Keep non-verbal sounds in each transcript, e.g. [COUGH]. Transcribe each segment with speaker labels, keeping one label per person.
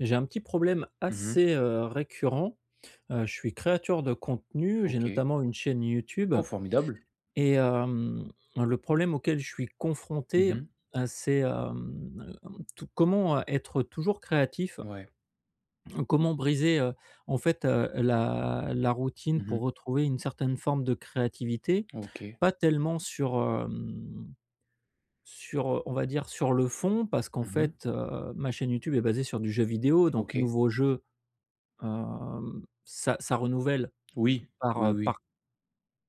Speaker 1: J'ai un petit problème
Speaker 2: Mmh mh.
Speaker 1: assez, récurrent. Je suis créateur de contenu, j'ai
Speaker 2: OK.
Speaker 1: notamment une chaîne YouTube
Speaker 2: Oh formidable.
Speaker 1: et le problème auquel je suis confronté,
Speaker 2: Mmh mh.
Speaker 1: c'est, tou comment, être toujours créatif?
Speaker 2: Ouais.
Speaker 1: Comment briser, la routine
Speaker 2: Mmh
Speaker 1: pour
Speaker 2: mh.
Speaker 1: retrouver une certaine forme de créativité?
Speaker 2: OK.
Speaker 1: Pas tellement sur, sur, on va dire sur le fond parce qu'en
Speaker 2: Mmh mh.
Speaker 1: fait, ma chaîne YouTube est basée sur du jeu vidéo donc
Speaker 2: OK.
Speaker 1: nouveaux jeux. Ça renouvelle
Speaker 2: Oui.
Speaker 1: par,
Speaker 2: Oui, oui.
Speaker 1: par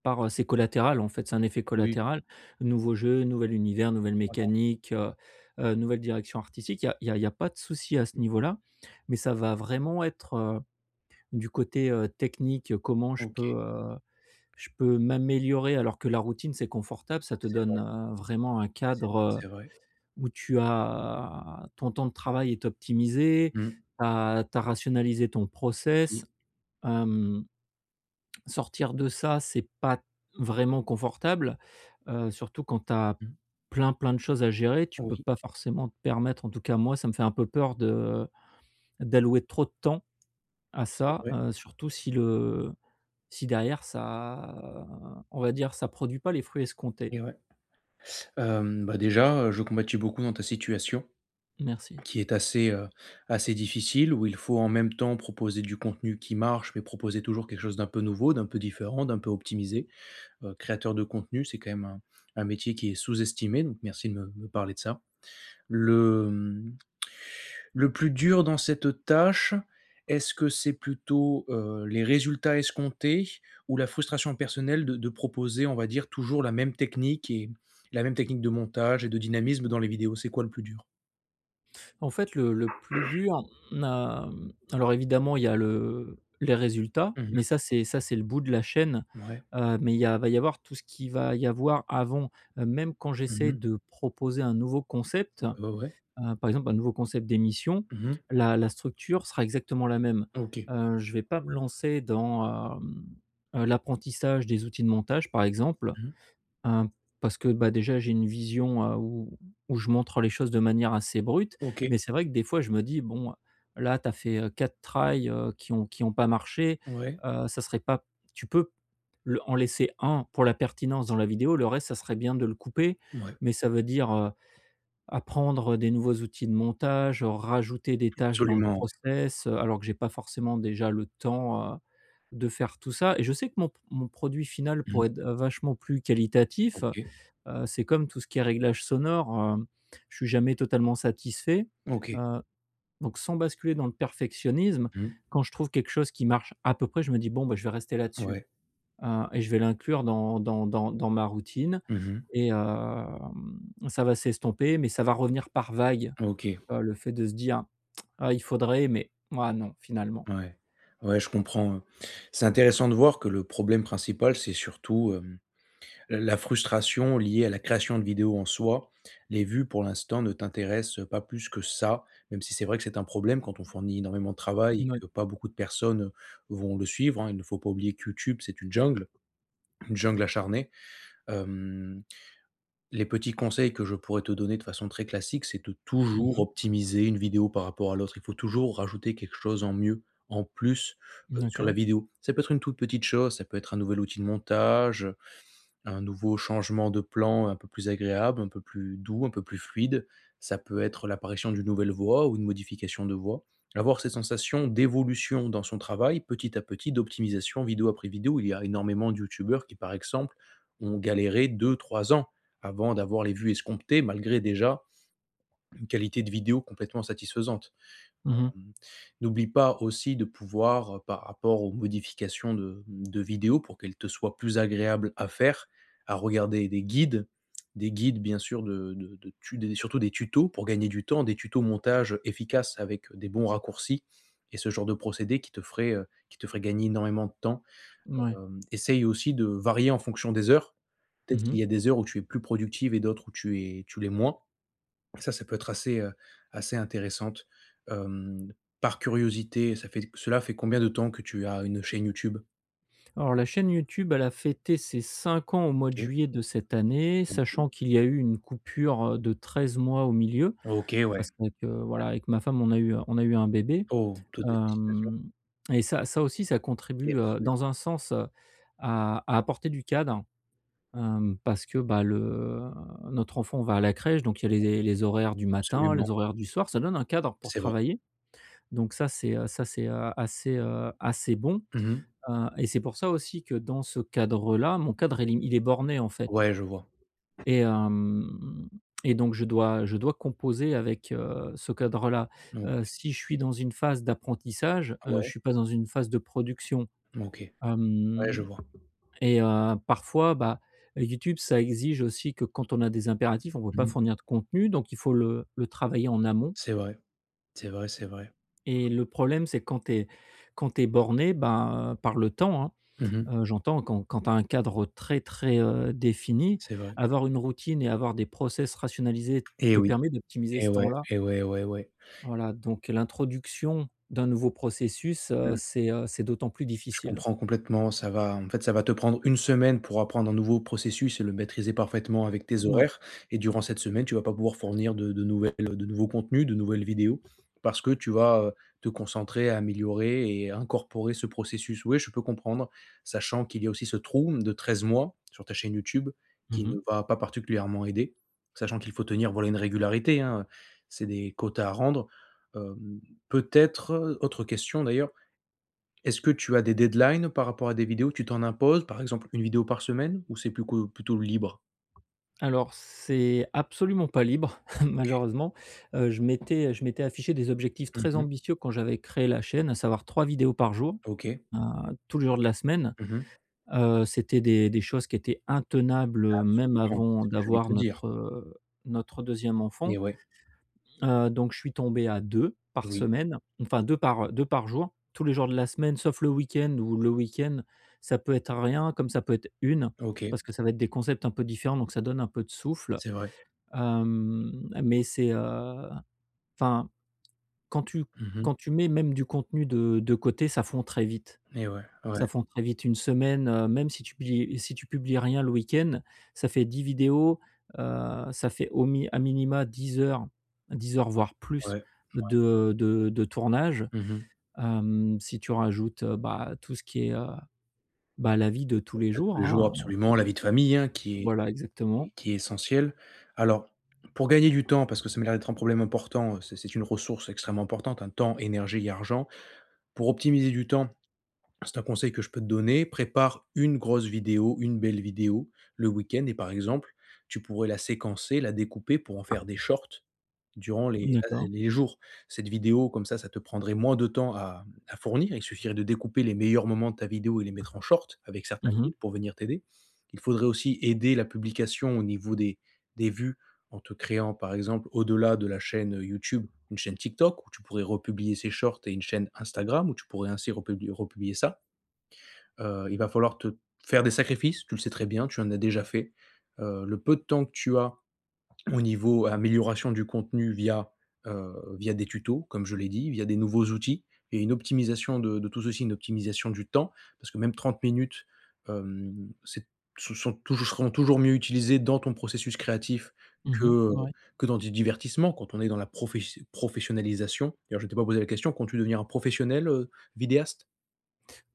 Speaker 1: par, heu, ses collatérales, en fait, c'est un effet
Speaker 2: Oui.
Speaker 1: collatéral. Nouveau jeu, nouvel univers, nouvelle
Speaker 2: Voilà.
Speaker 1: mécanique, nouvelle direction artistique. Il y a pas de souci à ce niveau-là, mais ça va vraiment être, du côté, technique, comment
Speaker 2: OK.
Speaker 1: je peux m'améliorer alors que la routine, c'est confortable. Ça te
Speaker 2: C'est
Speaker 1: donne,
Speaker 2: vrai.
Speaker 1: vraiment un cadre,
Speaker 2: C'est vrai.
Speaker 1: où tu as ton temps de travail est optimisé,
Speaker 2: Mmh.
Speaker 1: tu as rationalisé ton process,
Speaker 2: Si.
Speaker 1: hem sortir de ça, c'est pas vraiment confortable, surtout quand tu as
Speaker 2: Mmh.
Speaker 1: plein, plein de choses à gérer. Tu peux
Speaker 2: Oui.
Speaker 1: pas forcément te permettre, en tout cas moi, ça me fait un peu peur de d'allouer trop de temps à
Speaker 2: C'est
Speaker 1: ça,
Speaker 2: vrai,
Speaker 1: surtout si le si derrière ça, on va dire, ça produit pas les fruits escomptés.
Speaker 2: et ouais. Bah, déjà, je compatis beaucoup dans ta situation
Speaker 1: Merci.
Speaker 2: qui est assez, assez difficile où il faut en même temps proposer du contenu qui marche, mais proposer toujours quelque chose d'un peu nouveau, d'un peu différent, d'un peu optimisé. Créateur de contenu, c'est quand même un métier qui est sous-estimé, donc merci de me parler de ça. Le, le plus dur dans cette tâche, est-ce que c'est plutôt, les résultats escomptés ou la frustration personnelle de proposer, on va dire, toujours la même technique et la même technique de montage et de dynamisme dans les vidéos? C'est quoi le plus dur?
Speaker 1: En fait, le plus dur, alors évidemment, il y a le les résultats,
Speaker 2: Mmh.
Speaker 1: mais ça, c'est le bout de la chaîne,
Speaker 2: Ouais.
Speaker 1: mais il y a va y avoir tout ce qui va y avoir avant. Même quand j'essaie
Speaker 2: Mmh.
Speaker 1: de proposer un nouveau concept,
Speaker 2: Ouais, ouais.
Speaker 1: par exemple un nouveau concept d'émission,
Speaker 2: Mmh.
Speaker 1: la structure sera exactement la même.
Speaker 2: OK.
Speaker 1: Je ne vais pas me lancer dans, l'apprentissage des outils de montage, par exemple.
Speaker 2: Mmh.
Speaker 1: Heu, parce que, bah, déjà j'ai une vision, où où je montre les choses de manière assez brute,
Speaker 2: OK.
Speaker 1: mais c'est vrai que des fois je me dis: «Bon, là tu as fait, 4 tries, qui ont pas marché,
Speaker 2: Ouais.
Speaker 1: ça serait pas tu peux le en laisser un pour la pertinence dans la vidéo, le reste ça serait bien de le couper».
Speaker 2: Ouais.
Speaker 1: Mais ça veut dire, apprendre des nouveaux outils de montage, rajouter des tâches dans le
Speaker 2: Absolument, ouais.
Speaker 1: process, alors que j'ai pas forcément déjà le temps, de faire tout ça et je sais que mon produit final
Speaker 2: Mmh.
Speaker 1: pourrait être, vachement plus qualitatif.
Speaker 2: OK.
Speaker 1: C'est comme tout ce qui est réglage sonore, hem, je suis jamais totalement satisfait,
Speaker 2: OK.
Speaker 1: heu, donc sans basculer dans le perfectionnisme,
Speaker 2: Mmh.
Speaker 1: quand je trouve quelque chose qui marche à peu près, je me dis: «Bon, bah, je vais rester là-dessus»,
Speaker 2: Ouais.
Speaker 1: et je vais l'inclure dans ma routine
Speaker 2: Mmh.
Speaker 1: et ça va s'estomper, mais ça va revenir par vague
Speaker 2: OK.
Speaker 1: le fait de se dire: «Ah, il faudrait, mais ah non, finalement».
Speaker 2: Ouais. Ouais, je comprends. C'est intéressant de voir que le problème principal, c'est surtout, la frustration liée à la création de vidéos en soi. Les vues pour l'instant ne t'intéressent pas plus que ça, même si c'est vrai que c'est un problème quand on fournit énormément de travail et
Speaker 1: Mouais.
Speaker 2: que pas beaucoup de personnes vont le suivre, hein. Il ne faut pas oublier que YouTube, c'est une jungle acharnée. Hem, les petits conseils que je pourrais te donner de façon très classique, c'est de toujours
Speaker 1: Mmh.
Speaker 2: optimiser une vidéo par rapport à l'autre. Il faut toujours rajouter quelque chose en mieux, en plus, sur la
Speaker 1: D'accord.
Speaker 2: vidéo. Ça peut être une toute petite chose, ça peut être un nouvel outil de montage, un nouveau changement de plan un peu plus agréable, un peu plus doux, un peu plus fluide. Ça peut être l'apparition d'une nouvelle voix ou une modification de voix. Avoir cette sensation d'évolution dans son travail, petit à petit, d'optimisation vidéo après vidéo. Il y a énormément de youtubeurs qui, par exemple, ont galéré deux, trois ans avant d'avoir les vues escomptées, malgré déjà une qualité de vidéo complètement satisfaisante.
Speaker 1: Mmh mh.
Speaker 2: Mmh. N'oublie pas aussi de pouvoir, par rapport aux modifications de de vidéos pour qu'elles te soient plus agréables à faire, à regarder des guides, des guides, bien sûr, de tu des surtout des tutos pour gagner du temps, des tutos montage efficaces avec des bons raccourcis et ce genre de procédé qui te ferait gagner énormément de temps.
Speaker 1: Mouais.
Speaker 2: Essaye aussi de varier en fonction des heures. Peut-être qu'il
Speaker 1: Mmh.
Speaker 2: y a des heures où tu es plus productive et d'autres où tu l'es moins. Ça peut être assez, assez intéressante. Hem, Par curiosité, ça fait cela fait combien de temps que tu as une chaîne YouTube?
Speaker 1: Alors la chaîne YouTube, elle a fêté ses 5 ans au mois de
Speaker 2: OK.
Speaker 1: juillet de cette année, sachant qu'il y a eu une coupure, de 13 mois au milieu,
Speaker 2: OK,
Speaker 1: parce
Speaker 2: ouais.
Speaker 1: qu'avec, voilà, avec ma femme, on a eu un bébé.
Speaker 2: Oh, toutes mes félicitations.
Speaker 1: Hem et ça ça aussi, ça
Speaker 2: Et
Speaker 1: contribue,
Speaker 2: absolument,
Speaker 1: dans un sens, à apporter du cadre, parce que, bah, le notre enfant va à la crèche, donc il y a les horaires du matin,
Speaker 2: absolument,
Speaker 1: les horaires du soir, ça donne un cadre pour
Speaker 2: c'est vrai.
Speaker 1: travailler. Donc ça, c'est, assez bon.
Speaker 2: Mmh.
Speaker 1: Et c'est pour ça aussi que dans ce cadre-là, mon cadre est lim il est borné, en fait
Speaker 2: Ouais, je vois.
Speaker 1: et hem et donc je dois composer avec, ce cadre-là.
Speaker 2: OK.
Speaker 1: Si je suis dans une phase d'apprentissage, je ne
Speaker 2: Ouais,
Speaker 1: suis pas dans une phase de production.
Speaker 2: OK. Ouais, je
Speaker 1: Hem
Speaker 2: vois.
Speaker 1: et parfois, bah, YouTube, ça exige aussi que quand on a des impératifs, on ne peut pas
Speaker 2: Mmh.
Speaker 1: fournir de contenu, donc il faut le travailler en amont
Speaker 2: C'est vrai, c'est vrai, c'est vrai.
Speaker 1: et le problème, c'est quand tu es borné, ben, par le temps, hein.
Speaker 2: Mmh.
Speaker 1: J'entends quand quand tu as un cadre très, très, défini,
Speaker 2: C'est vrai.
Speaker 1: avoir une routine et avoir des process rationalisés
Speaker 2: Et
Speaker 1: te
Speaker 2: oui,
Speaker 1: permet d'optimiser ce temps-là.
Speaker 2: et ouais, ouais, ouais.
Speaker 1: Voilà, donc l'introduction d'un nouveau processus, c'est d'autant plus
Speaker 2: Je
Speaker 1: difficile.
Speaker 2: comprends complètement. Ça va, en fait, ça va te prendre une semaine pour apprendre un nouveau processus et le maîtriser parfaitement avec tes
Speaker 1: Mouais.
Speaker 2: horaires, et durant cette semaine, tu vas pas pouvoir fournir de nouvelles de nouveaux contenus, de nouvelles vidéos parce que tu vas, te concentrer à améliorer et à incorporer ce processus. Oui, je peux comprendre, sachant qu'il y a aussi ce trou de 13 mois sur ta chaîne YouTube qui ne
Speaker 1: Mmh.
Speaker 2: va pas particulièrement aider, sachant qu'il faut tenir, voilà, une régularité, hein, c'est des quotas à rendre. Hem, Peut-être, autre question d'ailleurs, est-ce que tu as des deadlines par rapport à des vidéos? Tu t'en imposes, par exemple une vidéo par semaine, ou c'est plus co plutôt libre?
Speaker 1: Alors c'est absolument pas libre [LAUGHS] malheureusement. Je m'étais affiché des objectifs très
Speaker 2: Mmh.
Speaker 1: ambitieux quand j'avais créé la chaîne, à savoir 3 vidéos par jour,
Speaker 2: OK.
Speaker 1: heu, tous les jours de la semaine.
Speaker 2: Mmh.
Speaker 1: C'était des choses qui étaient intenables, même
Speaker 2: Absolument, c'est
Speaker 1: avant
Speaker 2: ce que j'allais
Speaker 1: d'avoir
Speaker 2: te dire.
Speaker 1: notre, notre deuxième enfant.
Speaker 2: Et ouais,
Speaker 1: Donc je suis tombé à 2 par
Speaker 2: oui,
Speaker 1: semaine, enfin 2 par jour, tous les jours de la semaine, sauf le week-end où le week-end, ça peut être rien comme ça peut être une
Speaker 2: OK,
Speaker 1: parce que ça va être des concepts un peu différents, donc ça donne un peu de souffle.
Speaker 2: c'est vrai.
Speaker 1: Mais c'est, enfin, quand tu
Speaker 2: Mmh.
Speaker 1: quand tu mets même du contenu de côté, ça fond très vite.
Speaker 2: Et ouais, ouais,
Speaker 1: Ça fond très vite une semaine, même si tu publies si tu publies rien le week-end, ça fait 10 vidéos, ça fait au mi à minima 10 heures, 10 heures, voire plus
Speaker 2: ouais.
Speaker 1: de tournage.
Speaker 2: Mmh mh.
Speaker 1: Si tu rajoutes, bah, tout ce qui est, bah, la vie de tous les
Speaker 2: Tous
Speaker 1: jours,
Speaker 2: les jours,
Speaker 1: hein,
Speaker 2: absolument, la vie de famille, hein, qui est
Speaker 1: voilà exactement.
Speaker 2: qui est essentielle. Alors, pour gagner du temps, parce que ça m'a l'air d'être un problème important, c'est une ressource extrêmement importante, un temps, énergie et argent. Pour optimiser du temps, c'est un conseil que je peux te donner. Prépare une grosse vidéo, une belle vidéo le week-end et, par exemple, tu pourrais la séquencer, la découper pour en faire des shorts durant les
Speaker 1: D'accord.
Speaker 2: jours. Cette vidéo comme ça te prendrait moins de temps à fournir. Il suffirait de découper les meilleurs moments de ta vidéo et les mettre en short avec certains
Speaker 1: Mmh mh.
Speaker 2: guides pour venir t'aider. Il faudrait aussi aider la publication au niveau des vues en te créant, par exemple, au-delà de la chaîne YouTube, une chaîne TikTok où tu pourrais republier ces shorts, et une chaîne Instagram où tu pourrais ainsi republier ça. Il va falloir te faire des sacrifices, tu le sais très bien, tu en as déjà fait. Le peu de temps que tu as au niveau amélioration du contenu via, heu, via des tutos, comme je l'ai dit, via des nouveaux outils et une optimisation de tout ceci, une optimisation du temps, parce que même 30 minutes, c'est ce sont toujours seront toujours mieux utilisées dans ton processus créatif
Speaker 1: Mmh.
Speaker 2: que,
Speaker 1: Ouais.
Speaker 2: que dans du divertissement. Quand on est dans la professionnalisation, d'ailleurs je ne t'ai pas posé la question, comptes-tu devenir un professionnel, vidéaste?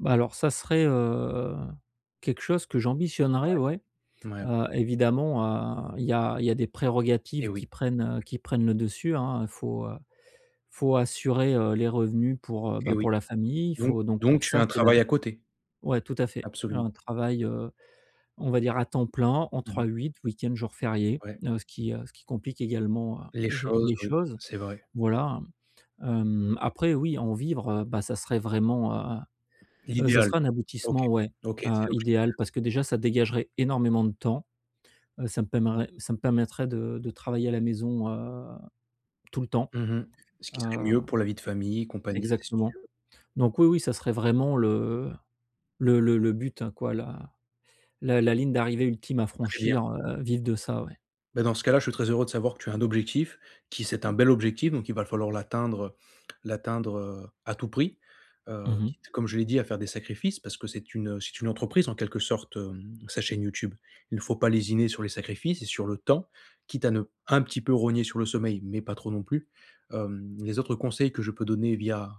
Speaker 1: Bah, alors ça serait, quelque chose que j'ambitionnerais, ouais.
Speaker 2: Ouais,
Speaker 1: Évidemment, il y a des
Speaker 2: eh
Speaker 1: prérogatives
Speaker 2: oui,
Speaker 1: qui prennent le dessus, hein. Faut assurer, les revenus pour,
Speaker 2: eh
Speaker 1: bah,
Speaker 2: oui.
Speaker 1: pour la famille, il
Speaker 2: Donc
Speaker 1: faut donc
Speaker 2: tu
Speaker 1: ça,
Speaker 2: as un
Speaker 1: c'est la
Speaker 2: travail à côté?
Speaker 1: ouais, tout à fait.
Speaker 2: Absolument.
Speaker 1: Un travail, on va dire à temps plein, en trois
Speaker 2: Mmh.
Speaker 1: huit week-end, jours fériés,
Speaker 2: Ouais,
Speaker 1: ce qui complique également,
Speaker 2: les
Speaker 1: les
Speaker 2: choses,
Speaker 1: les
Speaker 2: oui,
Speaker 1: choses.
Speaker 2: c'est vrai.
Speaker 1: Voilà. Après oui, en vivre, bah, ça serait vraiment, heu ça
Speaker 2: L'idéal,
Speaker 1: serait un
Speaker 2: OK.
Speaker 1: aboutissement, ouais,
Speaker 2: OK, c'est l'objectif.
Speaker 1: idéal parce que déjà ça dégagerait énormément de temps, ça me permettrait de travailler à la maison, tout le temps,
Speaker 2: Mmh mh. Ce
Speaker 1: heu
Speaker 2: qui serait mieux pour la vie de famille, compagnie, c'est
Speaker 1: exactement.
Speaker 2: sûr.
Speaker 1: Donc oui, oui, ça serait vraiment le le but, hein, quoi, la ligne d'arrivée ultime à
Speaker 2: Très bien.
Speaker 1: franchir, vivre de ça, ouais.
Speaker 2: Bah, dans ce cas-là, je suis très heureux de savoir que tu as un objectif qui c'est un bel objectif, donc il va falloir l'atteindre, l'atteindre, à tout prix,
Speaker 1: Mmh mh.
Speaker 2: quitte, comme je l'ai dit, à faire des sacrifices parce que c'est une entreprise en quelque sorte, sa chaîne YouTube. Il ne faut pas lésiner sur les sacrifices et sur le temps, quitte à ne un petit peu rogner sur le sommeil, mais pas trop non plus. Les autres conseils que je peux donner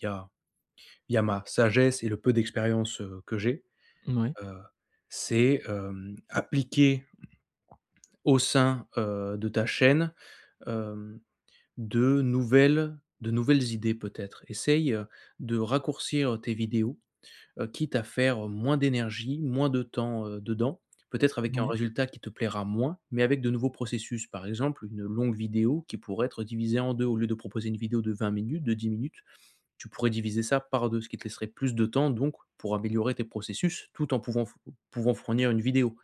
Speaker 2: via via ma sagesse et le peu d'expérience, que j'ai,
Speaker 1: Mouais,
Speaker 2: heu, c'est, appliquer au sein, de ta chaîne, hem, de nouvelles idées peut-être. Essaye, de raccourcir tes vidéos, quitte à faire moins d'énergie, moins de temps, dedans. Peut-être avec un
Speaker 1: ouais.
Speaker 2: résultat qui te plaira moins, mais avec de nouveaux processus. Par exemple, une longue vidéo qui pourrait être divisée en deux. Au lieu de proposer une vidéo de 20 minutes, de 10 minutes, tu pourrais diviser ça par 2, ce qui te laisserait plus de temps donc pour améliorer tes processus, tout en pouvant fournir une vidéo.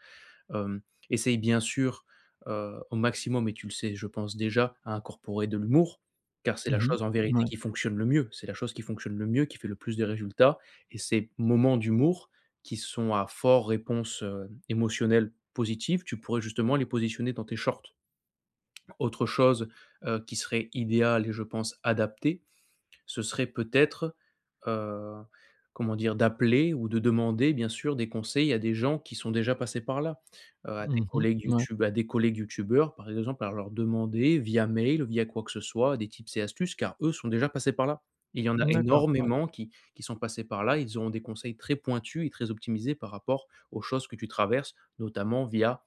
Speaker 2: Hem, Essaye bien sûr, au maximum, et tu le sais, je pense déjà, à incorporer de l'humour, car c'est la
Speaker 1: Mmh
Speaker 2: chose en
Speaker 1: mh.
Speaker 2: vérité
Speaker 1: Ouais.
Speaker 2: qui fonctionne le mieux. C'est la chose qui fonctionne le mieux, qui fait le plus de résultats, et ces moments d'humour qui sont à fort réponse, émotionnelle positive, tu pourrais justement les positionner dans tes shorts. Autre chose, qui serait idéale et je pense adaptée, ce serait peut-être, heu, comment dire? D'appeler ou de demander, bien sûr, des conseils à des gens qui sont déjà passés par là, à tes
Speaker 1: Mmh mh.
Speaker 2: collègues
Speaker 1: Mouais.
Speaker 2: YouTube, à des collègues youtubeurs, par exemple, à leur demander via mail, via quoi que ce soit, des tips et astuces, car eux sont déjà passés par là. Il y en a
Speaker 1: D'accord, ouais.
Speaker 2: énormément qui sont passés par là, ils auront des conseils très pointus et très optimisés par rapport aux choses que tu traverses, notamment via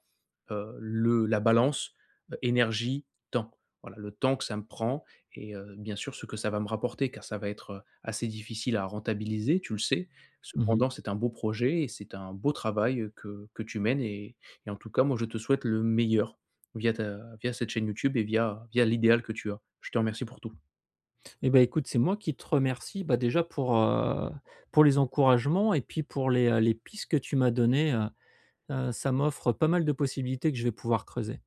Speaker 2: le, la balance énergie temps. Voilà, le temps que ça me prend et, bien sûr, ce que ça va me rapporter car ça va être, assez difficile à rentabiliser, tu le sais.
Speaker 1: Mmh mh.
Speaker 2: Cependant, c'est un beau projet et c'est un beau travail, que tu mènes, et en tout cas, moi je te souhaite le meilleur via, ta, via cette chaîne YouTube et via, via l'idéal que tu as. Je te remercie pour tout.
Speaker 1: Et bah, écoute, c'est moi qui te remercie, bah, déjà pour les encouragements et puis pour les pistes que tu m'as données, ça m'offre pas mal de possibilités que je vais pouvoir creuser.